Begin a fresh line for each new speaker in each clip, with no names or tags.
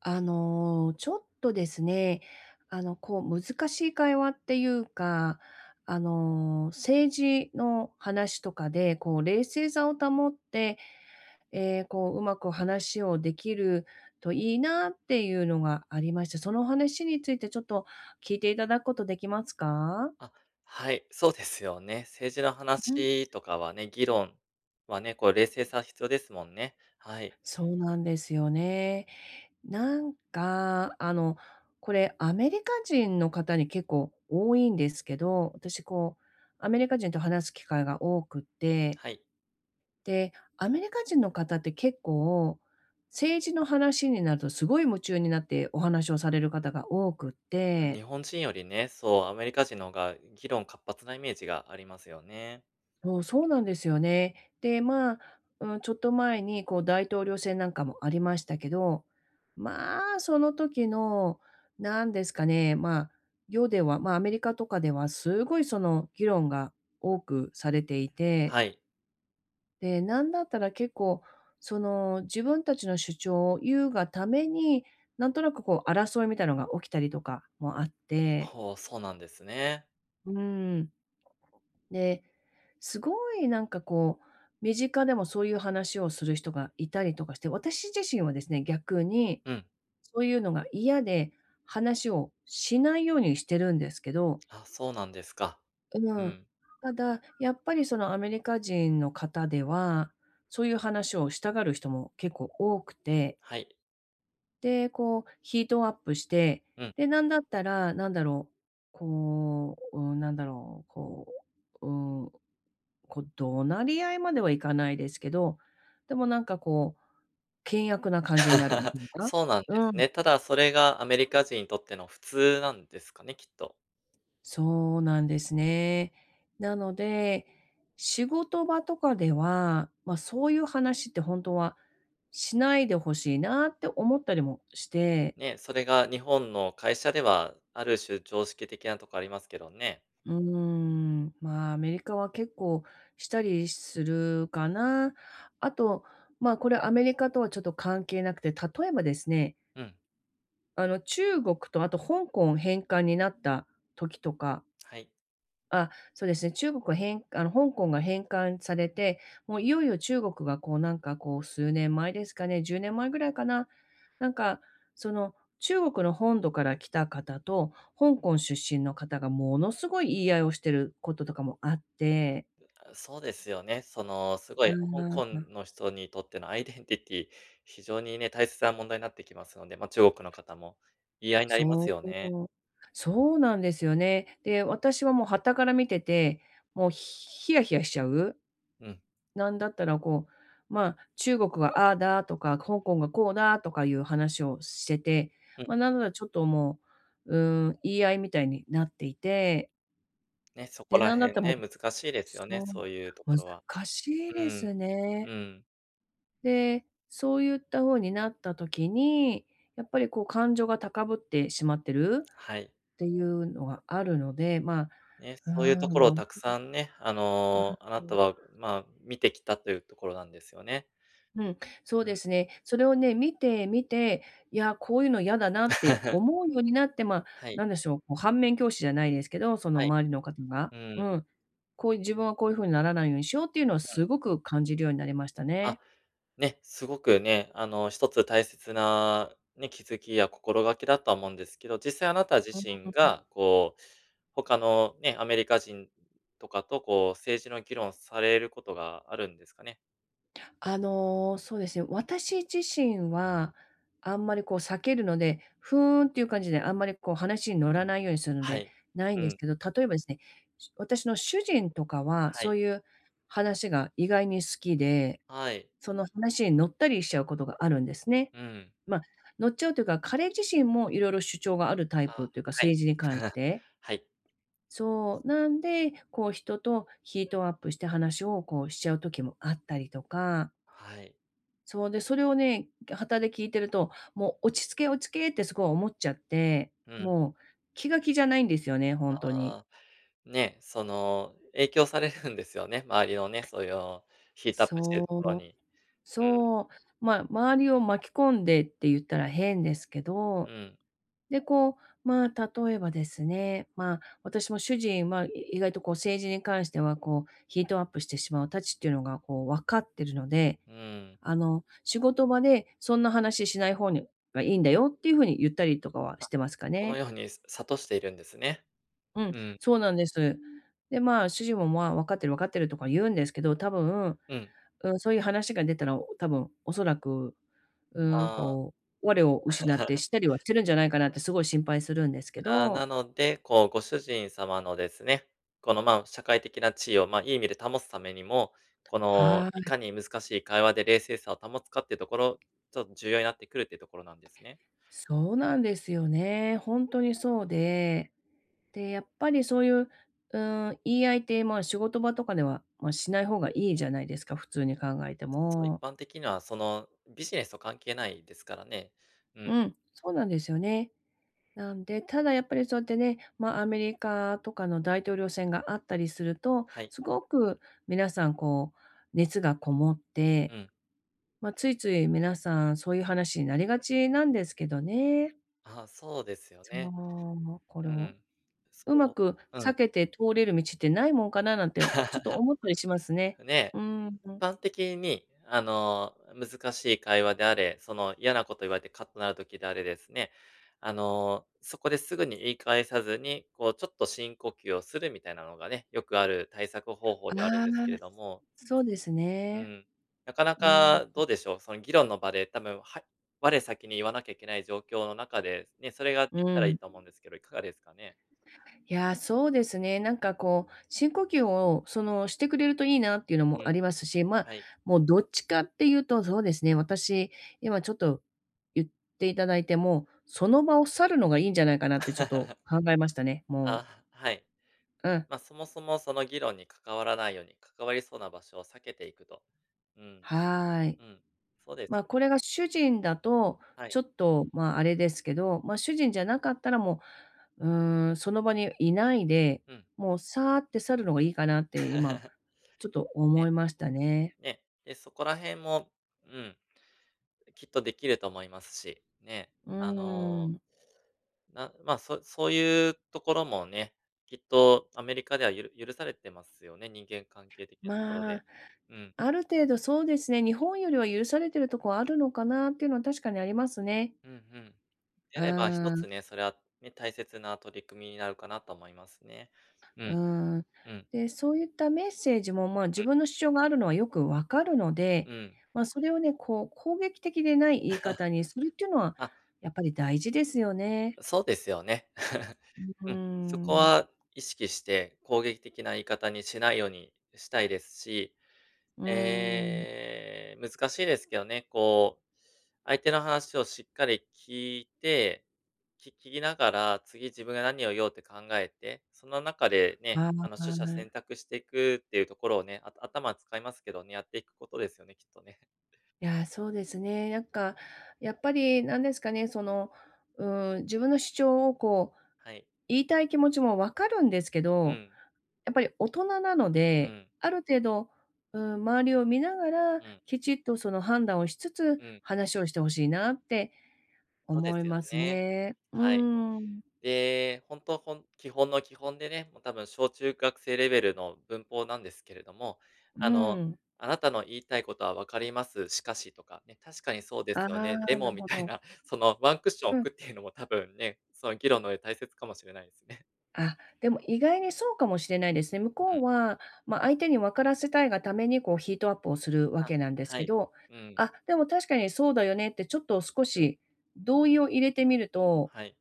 あの、ちょっとですね、あの、こう、難しい会話っていうか、あの、政治の話とかで、こう、冷静さを保って、ええ、こう、うまく話をできるといいなっていうのがありまして、その話についてちょっと聞いていただくことできますか？
あ、はい、そうですよね。政治の
うん。
話とかはね、議論はね、こう冷静さ必要ですもんね。はい。
そうなんですよね。なんか、あの、これアメリカ人の方に結構多いんですけど、私こう、アメリカ人と話す機会が多くて、
はい。
で、アメリカ人の方って結構、政治の話になるとすごい夢中になってお話をされる方が多くっ
日
て
本人よりね、そう、アメリカ人の方が議論活発なイメージがありますよね。
そう、そうなんですよね。で、まあ、うん、ちょっと前にこう大統領選なんかもありましたけど、まあ、その時の、なんですかね、まあ、世では、まあ、アメリカとかではすごいその議論が多くされていて、
はい。
で、なんだったら結構、その自分たちの主張を言うがために、なんとなくこう争いみたいなのが起きたりとかもあって、
ほう、そうなんですね。
うん。で、すごいなんかこう、身近でもそういう話をする人がいたりとかして、私自身はですね、逆に、
うん。
そういうのが嫌で、話をしないようにしてるんですけど、
あ、そうなんですか。
う
う
ん。
ん。
ただ、やっぱりそのアメリカ人の方では、そういう話をしたがる人も結構多くて、
はい。
で、こう、ヒートアップして、
うん。
で、なんだったら、なんだろう、こう、うん、なんだろう、こう、うんこう、怒鳴り合いまではいかないですけど、でもなんかこう、険悪な感じになるみ たいな。
そうなんです
うん、
ね。ただそれがアメリカ人にとっての普通なんですかね、きっと。
そうなんですね。なので、仕事場とかでは、ま、そういう話ってほんとはしないで欲しいなって思ったりもして、
ね、それが日本の会社ではある種常識的なとこありますけどね。
うーん、ま、アメリカは結構したりするかな。あと、ま、これアメリカとはちょっと関係なくて、例えばですね
うん。
あの、中国とあと香港返還になった時とか、
はい。
あ、そうですね、中国はあの、香港が返還されて、もういよいよ中国がこうなんかこう数年前ですかね、10年前ぐらいかな。なんか、その、中国の本土から来た方と、香港出身の方がものすごい言い合いをしてることとかもあって
あ、そうですよね。その、すご
あ
い香港
あ。
の人にとってのアイデンティティ、非常にね、大切な問題になってきますので、ま、中国の方も言い合いになります
そ
よね。
う。そうなんですよね。で、私はもう傍から見てて、もうヒヤヒヤしちゃう。
うん、
なんだったらこう、まあ、中国がああだとか、香港がこうだとかいう話をしてて、
うん。
まあ、なんならちょっともう、うーん、言い合いみたいになっていて、
ね、そこ
で、
ら
なんだっ
辺
たらもう
ね、難しいですよね、
そ
そういうと
う
ころは。
難しい
う
で
ん、
す
う
ね。
ん。
で、そういった方になった時に、やっぱりこう感情が高ぶってしまってる
はい。
っていうのがあるので、まあ、
ね、
うー
そういうとこ
ん、
ろを
なん
た
だ
く
ろ
さんね、あ
うう
の、あなた
ん。
は、まあ、見てきたというところなんですよね。
うん、そう
う
で
ん。
すね。それをね、見て見て、いや、こういうの嫌だなって思うようになって、まあ、
はい、
なんでしょう、こう反面教師じゃないですけど、その
はい。
周りの方が、
うん、う
う
ん。
ん、こういう自分はこういう風にならないようにしようっていうのはすごく感じるようになりました
あ、
ね。
ね、すごくね、あの、一つ大切な、ね、気づきや心がけだとは思うんですけど、実際あなた自
うん。
身が、こう、他のね、アメリカ人とかと、こう、政治の議論されることがあるんですかね？
あの、そうですね、私自身は、あんまりこう避けるので、ふーんっていう感じで、あんまりこう話に乗
う
ら
ん。
ないようにするの
は
で、
い。
ないん
う
です
ん。
けど、例えばですね、私の主人とかは、
は
そ
い。
ういう話が意外に好きで
はい。
その話に乗ったりしちゃうことがあるんですね。
うん。
まあ、乗っちゃうというか、彼自身もいろいろ主張があるタイ
あ、
プというか、
はい。
政治に関し て。
はい。
そう、なんで、こう人とヒートアップして話をこうしちゃう時もあったりとか、
はい。
そうで、それをね、傍で聞いてると、もう落ち着け、落ち着けってすごい思っちゃって、
うん。
もう気が気じゃないんですよね、本当に。
あーね、その、影響されるんですよね、周りのね、そういうヒートアップして
そ
るところ
う、
に。うん。
そう、まあ、周りを巻き込んでって言ったら変ですけ
う
ど、
ん。
で、こう、まあ、例えばですね、まあ、私も主人は、意外とこう政治に関しては、こう、ヒートアップしてしまうたちっていうのが、こう、分かってるので、
うん。
あの、仕事場でそんな話しない方にがいいんだよっていう風に言ったりとかはしてますか
この
ね。
ように、悟諭しているんですね。
うん、
うん。
そうなんです。で、まあ、主人も、まあ、分かってる分かってるとか言うんですけど、多分、
うん。
うん、そういう話が出たら、多分おそらく、うん、
ああ。
こう、我を失ってした りはしてるんじゃないかなってすごい心配するんですけ
あーな
ど。
ので、こう、ご主人様のですね、この、まあ、社会的な地位を、まあ、いい意味で保つためにも、この、
は
い
い。
かに難しい会話で冷静さを保つかっていうところ、ちょっと重要になってくるっていうところなんですね。
そうなんですよね。本当にそうで、で、やっぱりそういう、うーん、言い合いって、まあ、仕事場とかでは、まあ、しない方がいいじゃないですか、普通に考えて
そう、一
も。
般的には、その、ビジネスと関係ないですからね。うん。
うん、そうなんですよね。なんで、ただやっぱりそうやってね、ま、アメリカとかの大統領選があったりすると、
はい。
すごく皆さんこう、熱がこもって、
うん。
ま、ついつい皆さんそういう話になりがちなんですけどね。
ああ、そうですよ
そ
ね。
う、これ
う
を
ん。
うま
そ
く
う。う
避
ん。
けて通れる道ってないもんかななんて、ちょっと思ったりしますね。
ね。
うーん。
般的に、あの、難しい会話であれ、その嫌なこと言われてカッとなる時であれですね、あの、そこですぐに言い返さずに、こうちょっと深呼吸をするみたいなのがね、よくある対策方法
あ
ではあるん
あ、
ですけれども、
そうです
う
ね。
ん。なかな
うん。
かどうでしょう、その議論の場で多分、我先に言わなきゃいけない状況の中で、ね、それができた
う
らいい
ん。
と思うんですけど、いかがですかね？
いや、そうですね。なんかこう、深呼吸をその、してくれるといいなっていうの
う
もあ
ん、
りますし、まあ、
はい。
もうどっちかっていうと、そうですね、私、今ちょっと言っていただいて、もその場を去るのがいいんじゃないかなってちょっと 考えましたね、もう。
あ、はい。
うん、
まあ、そもそもその議論に関わらないように、関わりそうな場所を避けていくと。うん、
はーい。
うん、そうで
ま、
す
あ
ね。
これが主人だと、
は
ちょ
い。
っと、ま、ああれですけど、まあ、主人じゃなかったらもう、うーん、その場にいないで、
うん。
もうさーって去るのがいいかなって今、ちょっと思
ね、
いましたね。
ね、で、そこら辺も、うん、きっとできると思いますし、ね、
う
あ
ー
の、
ん。
まあ、そういうところもね、きっとアメリカでは許されてますよね、人間関係的なところ
ま
で。
あ、
うん、
ある程度そうですね、日本よりは許されてるとこあるのかなっていうのは確かにありますね。
うんうん。で
う
あれば、一
ー
つ
ん。
ね、それはね、大切な取り組みになるかなと思いますね。う
う
ん、
ん。
うん、うん。
で、そういったメッセージも、まあ、自分の主張があるのはよくわかるの
う
で、
ん。
まあ、それをね、こう、攻撃的でない言い方 にするっていうのは、
あ、
やっぱり大事ですよね。
そうですよね。
う
うん。
ー
そこ
ん。
は意識して攻撃的な言い方にしないようにしたいですし、
うーん。
難しいですけどね、こう、相手の話をしっかり聞いて、聞きながら、次自分が何を言おうって考えて、その中でね、
は
あの取捨選
い。
択していくっていうところをね、頭使いますけどね、やっていくことですよね、きっとね。
いや、そうですね。なんか、やっぱりなんですかね、その、うーん、自分の主張をこう、
はい。
言いたい気持ちもわかるんですけ
う
ど、
ん、
やっぱり大人なの
う
で、
ん、
ある程度、うーん、周りを見ながら、
うん、
きちっとその判断をしつつ、
うん。
話をして欲しいなって
そうで
思い
すよ
ます
ね。
ね。う
はい。
ーん。
で、本当ほん基本の基本でね、もう多分小中学生レベルの文法なんですけれども、あ
う
の、
ん。
あなたの言いたいことはわかります、しかしとかね、確かにそうで
あ
すよね、で
あ、な
も
る
み
ほ
たい
ど。
な、そのワンクッション
うん。
置くっていうのも多分ね、その議論の上で大切かもしれないですね。
あ、でも意外にそうかもしれないですね。向
う
こ
ん。
うは、ま、相手に分からせたいがために、こうヒートアップをするわ
あ、
けなんです
は
け
い。
ど、
うん、
あ、でも確かにそうだよねってちょっと少
うん、
し同意を入れてみると
はい。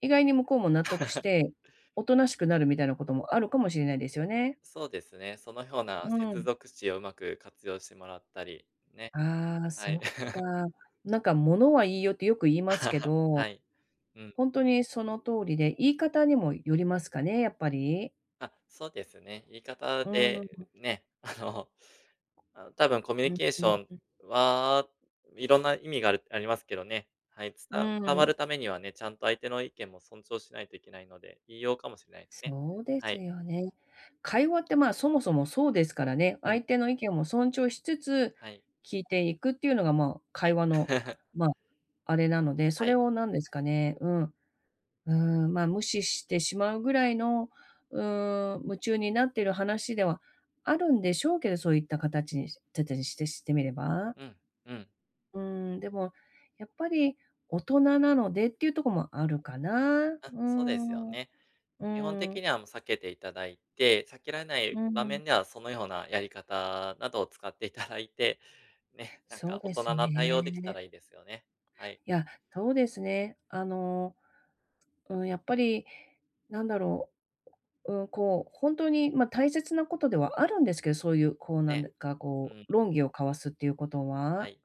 意外に向こうも納得して、おとなしくなるみたいなこともあるかもしれないですよね。
そうですね、そのような
う
接
ん。
続詞をうまく活用してもらったり、ね、
ああ、
は
そ
い。
っか。なんか物はいいよってよく言いますけ
は
ど、
い。うん。
ほんとにその通りで、言い方にもよりますかね、やっぱり。
あ、そうですね。言い方
うー
で、
ん、
ね、あの、あ、多分コミュニ
うん
ケーション
うん。
はいろんな意味がありますけどね。はい、
うー
伝わ
ん、
るためにはね、ちゃんと相手の意見も尊重しないといけないので、言いようかもしれないですね。
そうで
は
す
い。
よね。会話って、まあ、そもそもそうですからね、
うん。
相手の意見も尊重しつつ、
はい。
聞いていくっていうのが、まあ、会
ね
話の、まあ、あれなので、そ
は
れ
い。
をなんですかね、うん、うん、まあ、無視してしまうぐらいの、うーん、夢中になっている話ではあるんでしょうけど、そういった形にてにしてみれば。
うん。うん。
うん、でも、やっぱり大人なのでっていうところもあるかな。う
あ、
ー
そうですよ
ん、う
ね。基本的
ん、
にはもう避けていただいて、避けられない
う
場
ん。
面ではそのようなやり方などを使っていただいて、ね、なん
そ
か
う
大
です
人な対応できた
ね。
らいいですよね。はい。
いや、そうですね。あのうん、やっぱり、なんだろう、うん、こう、本当に、まあ、大切なことではあるんですけど、そういう、こう、なん
ね。
か、
う
こ
ん、
う、論議を交わすっていうこと
は
は。
い。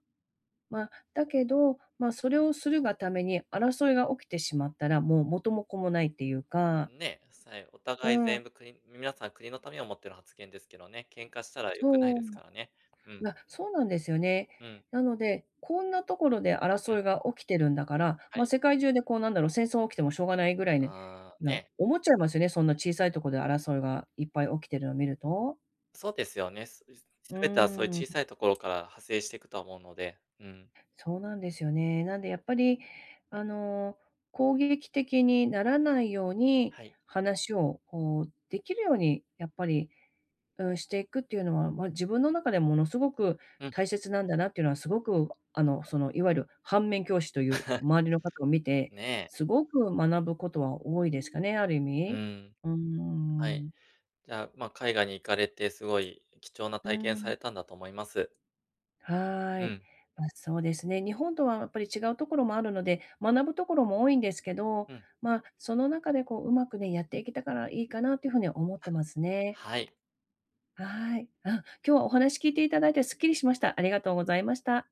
まあ、だけど、まあ、それをするがために争いが起きてしまったら、もう元も子もないっていう
う
か、
んね、さえお
う
互い全
ん、
部国皆さん国のためを思っての発言ですけどね、喧嘩したら良くない
そ
で
う。
すからね。うん、
まあ、そうなんですよね。
うん、
なので、こんなところで
うん、
争いが起きてるんだから、
は
まあ、
い。
世界中でこうなんだろう、戦争起きてもしょうがないぐらいね、
あー
な
ね、
思っちゃいますよね、そんな小さいところで争いがいっぱい起きてるのを見ると。
そうですよね。
う
全てはそういう
ー
小さ
ん。
いところから派生していくとは思うので、うん、
そうなんですよね。なんでやっぱり、あの、攻撃的にならないように
はい。
話をこうできるようにやっぱり、うん、していくっていうのは、まあ、自分の中でものすごく
うん、
大切なんだなっていうのはすごく、あの、その、いわゆる反面教師という 周りの方を見て、
ねえ、
すごく学ぶことは多いですかね、ある意
う
味。
ん、
うー
はい。
ん。
じゃあ、まあ、海外に行かれてすごい貴重な
う
体験
ー
さ
ん。
れたんだと思います。う
はい。
ん、
まあ、そうですね。日本とはやっぱり違うところもあるので、学ぶところも多いんですけど、
うん、
まあ、その中でこう、うまくね、やっていけたからいいかなというふうには思ってますね。
はい。
はい。あ、今日はお話聞いていただいてすっきりしました。ありがとうございました。